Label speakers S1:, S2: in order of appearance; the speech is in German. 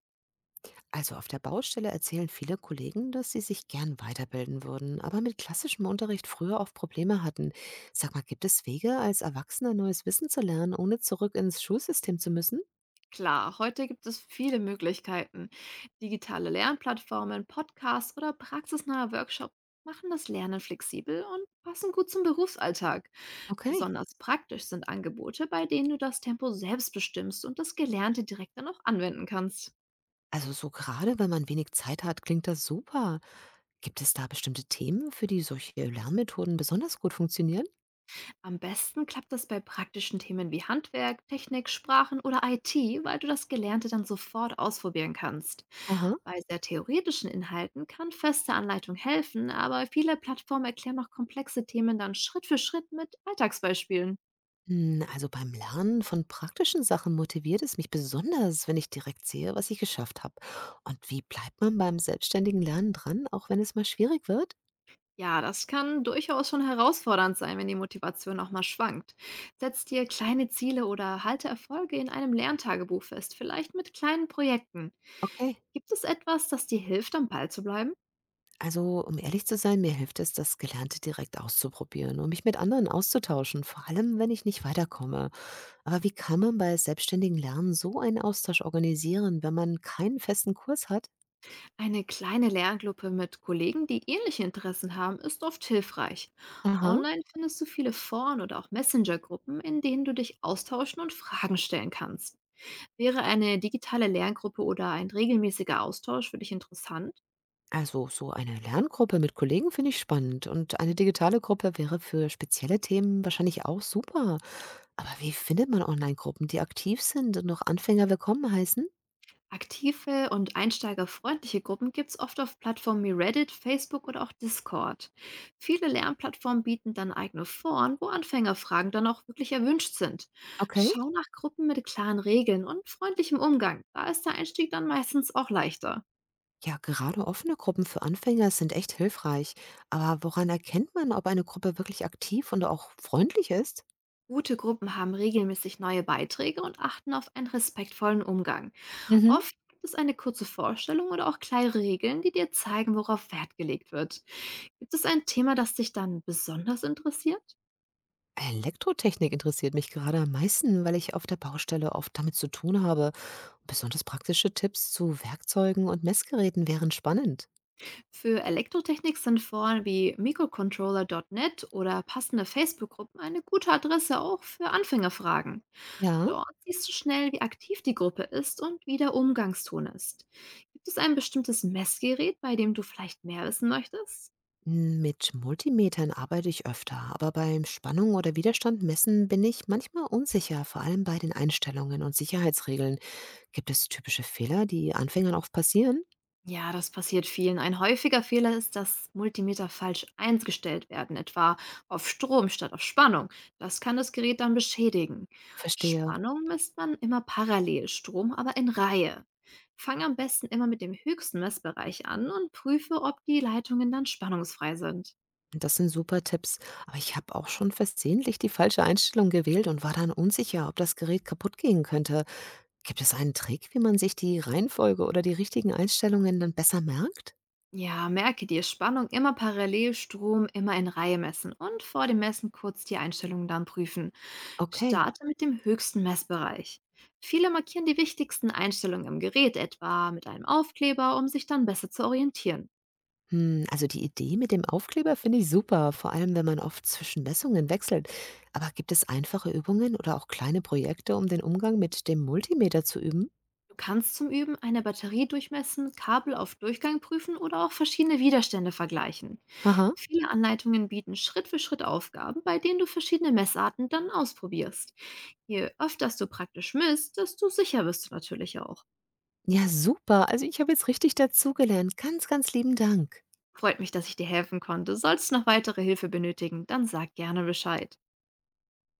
S1: Also auf der Baustelle erzählen viele Kollegen, dass sie sich gern weiterbilden würden, aber mit klassischem Unterricht früher oft Probleme hatten. Sag mal, gibt es Wege, als Erwachsener neues Wissen zu lernen, ohne zurück ins Schulsystem zu müssen?
S2: Klar, heute gibt es viele Möglichkeiten. Digitale Lernplattformen, Podcasts oder praxisnahe Workshops machen das Lernen flexibel und passen gut zum Berufsalltag.
S1: Okay.
S2: Besonders praktisch sind Angebote, bei denen du das Tempo selbst bestimmst und das Gelernte direkt dann auch anwenden kannst.
S1: Also so gerade, wenn man wenig Zeit hat, klingt das super. Gibt es da bestimmte Themen, für die solche Lernmethoden besonders gut funktionieren?
S2: Am besten klappt das bei praktischen Themen wie Handwerk, Technik, Sprachen oder IT, weil du das Gelernte dann sofort ausprobieren kannst.
S1: Aha.
S2: Bei sehr theoretischen Inhalten kann feste Anleitung helfen, aber viele Plattformen erklären auch komplexe Themen dann Schritt für Schritt mit Alltagsbeispielen.
S1: Hm, also beim Lernen von praktischen Sachen motiviert es mich besonders, wenn ich direkt sehe, was ich geschafft habe. Und wie bleibt man beim selbstständigen Lernen dran, auch wenn es mal schwierig wird?
S2: Ja, das kann durchaus schon herausfordernd sein, wenn die Motivation auch mal schwankt. Setz dir kleine Ziele oder halte Erfolge in einem Lerntagebuch fest, vielleicht mit kleinen Projekten.
S1: Okay.
S2: Gibt es etwas, das dir hilft, am Ball zu bleiben?
S1: Also, um ehrlich zu sein, mir hilft es, das Gelernte direkt auszuprobieren und mich mit anderen auszutauschen, vor allem wenn ich nicht weiterkomme. Aber wie kann man bei selbstständigen Lernen so einen Austausch organisieren, wenn man keinen festen Kurs hat?
S2: Eine kleine Lerngruppe mit Kollegen, die ähnliche Interessen haben, ist oft hilfreich.
S1: Aha.
S2: Online findest du viele Foren oder auch Messenger-Gruppen, in denen du dich austauschen und Fragen stellen kannst. Wäre eine digitale Lerngruppe oder ein regelmäßiger Austausch für dich interessant?
S1: Also so eine Lerngruppe mit Kollegen finde ich spannend und eine digitale Gruppe wäre für spezielle Themen wahrscheinlich auch super. Aber wie findet man Online-Gruppen, die aktiv sind und noch Anfänger willkommen heißen?
S2: Aktive und einsteigerfreundliche Gruppen gibt es oft auf Plattformen wie Reddit, Facebook oder auch Discord. Viele Lernplattformen bieten dann eigene Foren, wo Anfängerfragen dann auch wirklich erwünscht sind.
S1: Okay,
S2: Schau nach Gruppen mit klaren Regeln und freundlichem Umgang. Da ist der Einstieg dann meistens auch leichter.
S1: ja, gerade offene Gruppen für Anfänger sind echt hilfreich. Aber woran erkennt man, ob eine Gruppe wirklich aktiv und auch freundlich ist?
S2: Gute Gruppen haben regelmäßig neue Beiträge und achten auf einen respektvollen Umgang.
S1: Mhm.
S2: Oft gibt es eine kurze Vorstellung oder auch kleine Regeln, die dir zeigen, worauf Wert gelegt wird. Gibt es ein Thema, das dich dann besonders interessiert?
S1: Elektrotechnik interessiert mich gerade am meisten, weil ich auf der Baustelle oft damit zu tun habe. Besonders praktische Tipps zu Werkzeugen und Messgeräten wären spannend.
S2: Für Elektrotechnik sind Foren wie microcontroller.net oder passende Facebook-Gruppen eine gute Adresse auch für Anfängerfragen.
S1: Ja.
S2: Dort siehst du schnell, wie aktiv die Gruppe ist und wie der Umgangston ist. Gibt es ein bestimmtes Messgerät, bei dem du vielleicht mehr wissen möchtest?
S1: Mit Multimetern arbeite ich öfter, aber beim Spannung oder Widerstand messen bin ich manchmal unsicher, vor allem bei den Einstellungen und Sicherheitsregeln. Gibt es typische Fehler, die Anfängern oft passieren?
S2: Ja, das passiert vielen. Ein häufiger Fehler ist, dass Multimeter falsch eingestellt werden, etwa auf Strom statt auf Spannung. Das kann das Gerät dann beschädigen.
S1: Verstehe.
S2: Spannung misst man immer parallel, Strom aber in Reihe. Fang am besten immer mit dem höchsten Messbereich an und prüfe, ob die Leitungen dann spannungsfrei sind.
S1: Das sind super Tipps. Aber ich habe auch schon versehentlich die falsche Einstellung gewählt und war dann unsicher, ob das Gerät kaputt gehen könnte. Gibt es einen Trick, wie man sich die Reihenfolge oder die richtigen Einstellungen dann besser merkt?
S2: Ja, merke dir Spannung immer parallel, Strom immer in Reihe messen und vor dem Messen kurz die Einstellungen dann prüfen.
S1: Okay.
S2: Starte mit dem höchsten Messbereich. Viele markieren die wichtigsten Einstellungen im Gerät etwa mit einem Aufkleber, um sich dann besser zu orientieren.
S1: Hm, also die Idee mit dem Aufkleber finde ich super, vor allem wenn man oft zwischen Messungen wechselt. Aber gibt es einfache Übungen oder auch kleine Projekte, um den Umgang mit dem Multimeter zu üben?
S2: Du kannst zum Üben eine Batterie durchmessen, Kabel auf Durchgang prüfen oder auch verschiedene Widerstände vergleichen.
S1: Aha.
S2: Viele Anleitungen bieten Schritt für Schritt Aufgaben, bei denen du verschiedene Messarten dann ausprobierst. Je öfter du praktisch misst, desto sicher wirst du natürlich auch.
S1: Ja, super. Also ich habe jetzt richtig dazugelernt. Ganz, ganz lieben Dank.
S2: Freut mich, dass ich dir helfen konnte. Sollst du noch weitere Hilfe benötigen, dann sag gerne Bescheid.